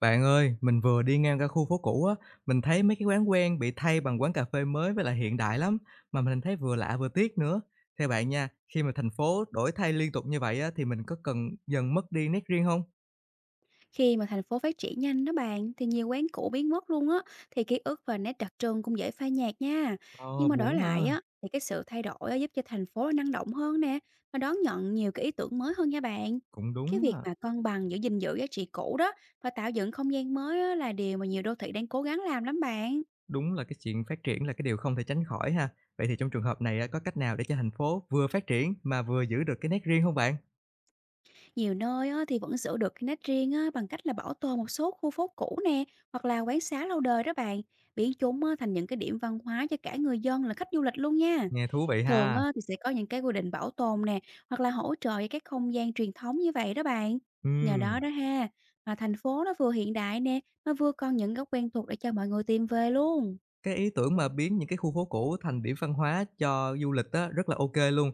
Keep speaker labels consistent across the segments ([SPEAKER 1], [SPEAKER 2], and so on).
[SPEAKER 1] Bạn ơi, mình vừa đi ngang qua khu phố cũ á, mình thấy mấy cái quán quen bị thay bằng quán cà phê mới với lại hiện đại lắm, mà mình thấy vừa lạ vừa tiếc nữa. Theo bạn nha, khi mà thành phố đổi thay liên tục như vậy á, thì mình có cần dần mất đi nét riêng không?
[SPEAKER 2] Khi mà thành phố phát triển nhanh đó bạn thì nhiều quán cũ biến mất luôn á, thì ký ức và nét đặc trưng cũng dễ phai nhạt nha.
[SPEAKER 1] Ờ,
[SPEAKER 2] Nhưng mà đổi
[SPEAKER 1] buồn
[SPEAKER 2] lại
[SPEAKER 1] ha,
[SPEAKER 2] á thì cái sự thay đổi á, giúp cho thành phố năng động hơn nè và đón nhận nhiều cái ý tưởng mới hơn nha bạn.
[SPEAKER 1] cũng
[SPEAKER 2] Cái
[SPEAKER 1] đúng
[SPEAKER 2] việc
[SPEAKER 1] ha.
[SPEAKER 2] mà cân bằng giữa gìn giữ giá trị cũ đó và tạo dựng không gian mới á, là điều mà nhiều đô thị đang cố gắng làm lắm bạn.
[SPEAKER 1] Đúng là cái chuyện phát triển là cái điều không thể tránh khỏi ha. Vậy thì trong trường hợp này á, có cách nào để cho thành phố vừa phát triển mà vừa giữ được cái nét riêng không bạn?
[SPEAKER 2] Nhiều nơi á, thì vẫn giữ được cái nét riêng á, bằng cách là bảo tồn một số khu phố cũ nè hoặc là quán xá lâu đời đó bạn, biến chúng á, thành những cái điểm văn hóa cho cả người dân là khách du lịch luôn nha.
[SPEAKER 1] Nghe thú vị
[SPEAKER 2] Thường
[SPEAKER 1] ha.
[SPEAKER 2] á thì sẽ có những cái quy định bảo tồn nè, hoặc là hỗ trợ cho các không gian truyền thống như vậy đó bạn. Nhờ
[SPEAKER 1] Ừ.
[SPEAKER 2] đó đó ha, mà thành phố nó vừa hiện đại nè, nó vừa còn những góc quen thuộc để cho mọi người tìm về luôn.
[SPEAKER 1] Cái ý tưởng mà biến những cái khu phố cũ thành điểm văn hóa cho du lịch á, rất là ok luôn.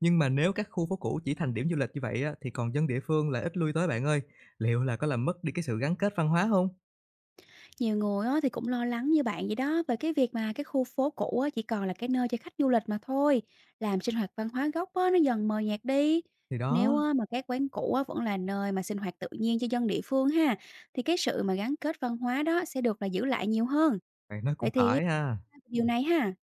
[SPEAKER 1] Nhưng mà nếu các khu phố cũ chỉ thành điểm du lịch như vậy á, thì còn dân địa phương lại ít lui tới bạn ơi. Liệu là có làm mất đi cái sự gắn kết văn hóa không?
[SPEAKER 2] Nhiều người á thì cũng lo lắng như bạn vậy đó về cái việc mà cái khu phố cũ á chỉ còn là cái nơi cho khách du lịch mà thôi, làm sinh hoạt văn hóa gốc á nó dần mờ nhạt đi.
[SPEAKER 1] Thì đó,
[SPEAKER 2] Nếu á mà các quán cũ á vẫn là nơi mà sinh hoạt tự nhiên cho dân địa phương ha, thì cái sự mà gắn kết văn hóa đó sẽ được là giữ lại nhiều hơn.
[SPEAKER 1] bạn nói cũng
[SPEAKER 2] Vậy thì
[SPEAKER 1] phải ha.
[SPEAKER 2] điều này ha.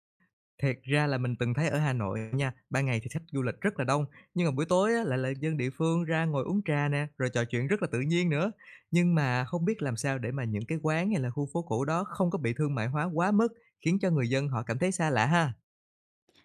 [SPEAKER 1] Thiệt ra là mình từng thấy ở Hà Nội nha, ban ngày thì khách du lịch rất là đông, nhưng mà buổi tối á, lại là dân địa phương ra ngồi uống trà nè, rồi trò chuyện rất là tự nhiên nữa. Nhưng mà không biết làm sao để mà những cái quán hay là khu phố cũ đó không có bị thương mại hóa quá mức, khiến cho người dân họ cảm thấy xa lạ ha?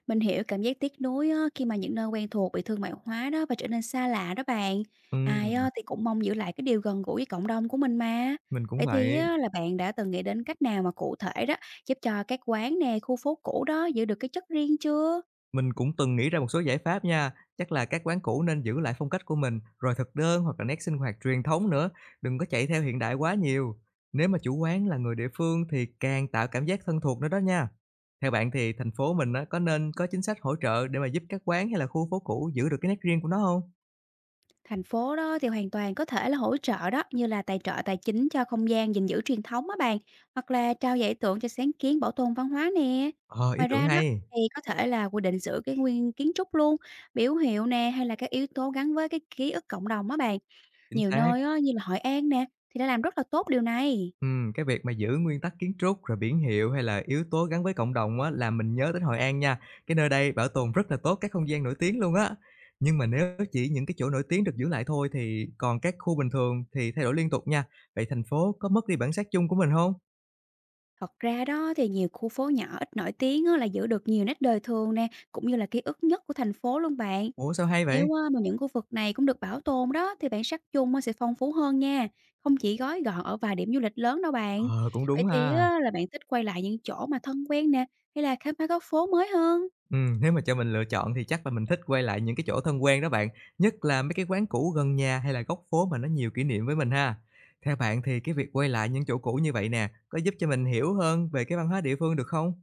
[SPEAKER 2] Mình hiểu cảm giác tiếc nuối á, khi mà những nơi quen thuộc bị thương mại hóa đó và trở nên xa lạ đó bạn. Ai
[SPEAKER 1] Ừm.
[SPEAKER 2] á, thì cũng mong giữ lại cái điều gần gũi với cộng đồng của mình mà.
[SPEAKER 1] Mình cũng
[SPEAKER 2] Vậy thì
[SPEAKER 1] vậy,
[SPEAKER 2] á, là bạn đã từng nghĩ đến cách nào mà cụ thể đó giúp cho các quán nè, khu phố cũ đó giữ được cái chất riêng chưa?
[SPEAKER 1] mình cũng từng nghĩ ra một số giải pháp nha. Chắc là các quán cũ nên giữ lại phong cách của mình, rồi thực đơn hoặc là nét sinh hoạt truyền thống nữa, đừng có chạy theo hiện đại quá nhiều. Nếu mà chủ quán là người địa phương thì càng tạo cảm giác thân thuộc nữa đó nha. Theo bạn thì thành phố mình á, có nên có chính sách hỗ trợ để mà giúp các quán hay là khu phố cũ giữ được cái nét riêng của nó không?
[SPEAKER 2] Thành phố đó thì hoàn toàn có thể là hỗ trợ đó, như là tài trợ tài chính cho không gian gìn giữ truyền thống á bạn, hoặc là trao giải thưởng cho sáng kiến bảo tồn văn hóa nè.
[SPEAKER 1] Ờ, ý
[SPEAKER 2] Ngoài
[SPEAKER 1] tưởng
[SPEAKER 2] ra đó
[SPEAKER 1] hay,
[SPEAKER 2] thì có thể là quy định giữ cái nguyên kiến trúc luôn, biểu hiệu nè hay là các yếu tố gắn với cái ký ức cộng đồng á bạn.
[SPEAKER 1] chính
[SPEAKER 2] Nhiều
[SPEAKER 1] xác.
[SPEAKER 2] nơi á, như là Hội An nè thì đã làm rất là tốt điều này.
[SPEAKER 1] Cái việc mà giữ nguyên tắc kiến trúc, rồi biển hiệu hay là yếu tố gắn với cộng đồng á, làm mình nhớ đến Hội An nha. Cái nơi đây bảo tồn rất là tốt các không gian nổi tiếng luôn á. Nhưng mà nếu chỉ những cái chỗ nổi tiếng được giữ lại thôi thì còn các khu bình thường thì thay đổi liên tục nha. Vậy thành phố có mất đi bản sắc chung của mình hông?
[SPEAKER 2] Thật ra đó thì nhiều khu phố nhỏ ít nổi tiếng á, là giữ được nhiều nét đời thường nè, cũng như là ký ức nhất của thành phố luôn bạn.
[SPEAKER 1] Ủa, sao hay vậy?
[SPEAKER 2] Nếu á, mà những khu vực này cũng được bảo tồn đó thì bản sắc chung á, sẽ phong phú hơn nha, không chỉ gói gọn ở vài điểm du lịch lớn đâu bạn.
[SPEAKER 1] Ờ, cũng
[SPEAKER 2] Vậy
[SPEAKER 1] đúng
[SPEAKER 2] thì
[SPEAKER 1] ha.
[SPEAKER 2] á, là bạn thích quay lại những chỗ mà thân quen nè, hay là khám phá góc phố mới hơn?
[SPEAKER 1] Ừ, nếu mà cho mình lựa chọn thì chắc là mình thích quay lại những cái chỗ thân quen đó bạn, nhất là mấy cái quán cũ gần nhà hay là góc phố mà nó nhiều kỷ niệm với mình ha. Theo bạn thì cái việc quay lại những chỗ cũ như vậy nè, có giúp cho mình hiểu hơn về cái văn hóa địa phương được không?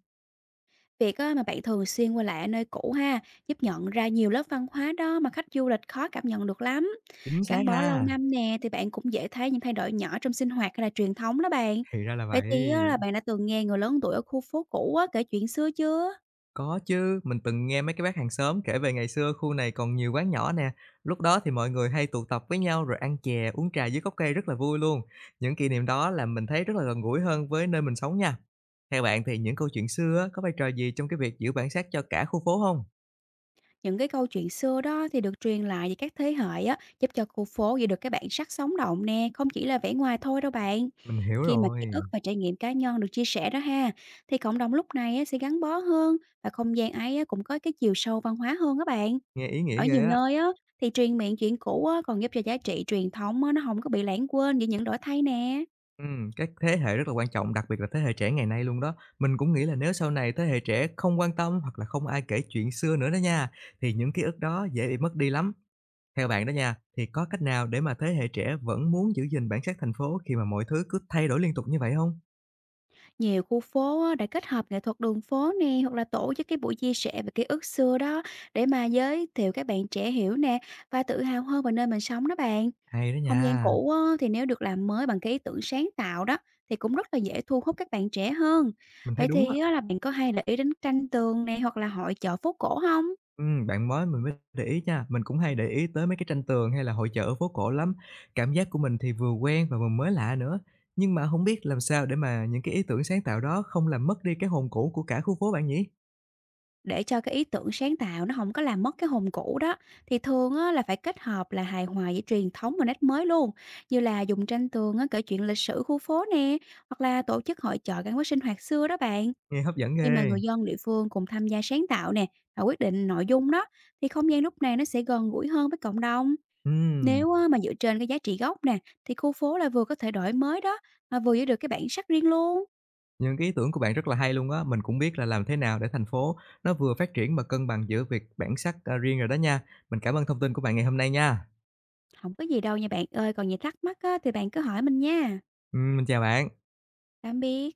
[SPEAKER 2] Việc á, mà bạn thường xuyên quay lại ở nơi cũ ha, giúp nhận ra nhiều lớp văn hóa đó mà khách du lịch khó cảm nhận được lắm.
[SPEAKER 1] Chính xác
[SPEAKER 2] Gắn bó lâu
[SPEAKER 1] ha,
[SPEAKER 2] năm nè thì bạn cũng dễ thấy những thay đổi nhỏ trong sinh hoạt hay là truyền thống đó bạn.
[SPEAKER 1] thì ra là
[SPEAKER 2] Vậy thì á,
[SPEAKER 1] vậy.
[SPEAKER 2] là bạn đã từng nghe người lớn tuổi ở khu phố cũ á, kể chuyện xưa chưa?
[SPEAKER 1] Có chứ, mình từng nghe mấy cái bác hàng xóm kể về ngày xưa khu này còn nhiều quán nhỏ nè. Lúc đó thì mọi người hay tụ tập với nhau rồi ăn chè, uống trà dưới gốc cây rất là vui luôn. Những kỷ niệm đó làm mình thấy rất là gần gũi hơn với nơi mình sống nha. Theo bạn thì những câu chuyện xưa á, có vai trò gì trong cái việc giữ bản sắc cho cả khu phố không?
[SPEAKER 2] Những cái câu chuyện xưa đó thì được truyền lại về các thế hệ á, giúp cho khu phố giữ được cái bản sắc sống động nè, không chỉ là vẻ ngoài thôi đâu bạn.
[SPEAKER 1] Mình hiểu
[SPEAKER 2] Khi mà ký ức
[SPEAKER 1] rồi,
[SPEAKER 2] và trải nghiệm cá nhân được chia sẻ đó ha, thì cộng đồng lúc này á, sẽ gắn bó hơn và không gian ấy á, cũng có cái chiều sâu văn hóa hơn các bạn.
[SPEAKER 1] nghe ý nghĩa
[SPEAKER 2] Ở
[SPEAKER 1] ghê
[SPEAKER 2] nhiều
[SPEAKER 1] á.
[SPEAKER 2] nơi á, thì truyền miệng chuyện cũ á, còn giúp cho giá trị truyền thống á, nó không có bị lãng quên giữa những đổi thay nè.
[SPEAKER 1] Ừ, các thế hệ rất là quan trọng, đặc biệt là thế hệ trẻ ngày nay luôn đó. Mình cũng nghĩ là nếu sau này thế hệ trẻ không quan tâm hoặc là không ai kể chuyện xưa nữa đó nha, thì những ký ức đó dễ bị mất đi lắm. Theo bạn đó nha, thì có cách nào để mà thế hệ trẻ vẫn muốn giữ gìn bản sắc thành phố khi mà mọi thứ cứ thay đổi liên tục như vậy không?
[SPEAKER 2] Nhiều khu phố á, đã kết hợp nghệ thuật đường phố nè hoặc là tổ chức cái buổi chia sẻ về ký ức xưa đó để mà giới thiệu các bạn trẻ hiểu nè và tự hào hơn về nơi mình sống đó bạn.
[SPEAKER 1] Hay đó
[SPEAKER 2] Không gian
[SPEAKER 1] nha,
[SPEAKER 2] cũ á, thì nếu được làm mới bằng cái ý tưởng sáng tạo đó thì cũng rất là dễ thu hút các bạn trẻ hơn.
[SPEAKER 1] mình thấy
[SPEAKER 2] Vậy
[SPEAKER 1] đúng á.
[SPEAKER 2] thì á, là bạn có hay để ý đến tranh tường nè hoặc là hội chợ phố cổ không?
[SPEAKER 1] Bạn mới mình mới để ý nha, mình cũng hay để ý tới mấy cái tranh tường hay là hội chợ ở phố cổ lắm. Cảm giác của mình thì vừa quen và vừa mới lạ nữa, nhưng mà không biết làm sao để mà những cái ý tưởng sáng tạo đó không làm mất đi cái hồn cũ của cả khu phố bạn nhỉ?
[SPEAKER 2] Để cho cái ý tưởng sáng tạo nó không có làm mất cái hồn cũ đó, thì thường á là phải kết hợp là hài hòa giữa truyền thống và nét mới luôn, như là dùng tranh tường á kể chuyện lịch sử khu phố nè, hoặc là tổ chức hội chợ gắn với sinh hoạt xưa đó bạn.
[SPEAKER 1] Nghe hấp dẫn
[SPEAKER 2] Khi mà
[SPEAKER 1] ghê!
[SPEAKER 2] người dân địa phương cùng tham gia sáng tạo nè, và quyết định nội dung đó, thì không gian lúc này nó sẽ gần gũi hơn với cộng đồng.
[SPEAKER 1] Ừm.
[SPEAKER 2] Nếu á mà dựa trên cái giá trị gốc nè, thì khu phố là vừa có thể đổi mới đó, mà vừa giữ được cái bản sắc riêng luôn.
[SPEAKER 1] Những cái ý tưởng của bạn rất là hay luôn á, mình cũng biết là làm thế nào để thành phố nó vừa phát triển mà cân bằng giữa việc bản sắc, riêng rồi đó nha. Mình cảm ơn thông tin của bạn ngày hôm nay nha.
[SPEAKER 2] Không có gì đâu nha bạn ơi, còn gì thắc mắc á thì bạn cứ hỏi mình nha.
[SPEAKER 1] Mình chào bạn.
[SPEAKER 2] Tạm biệt.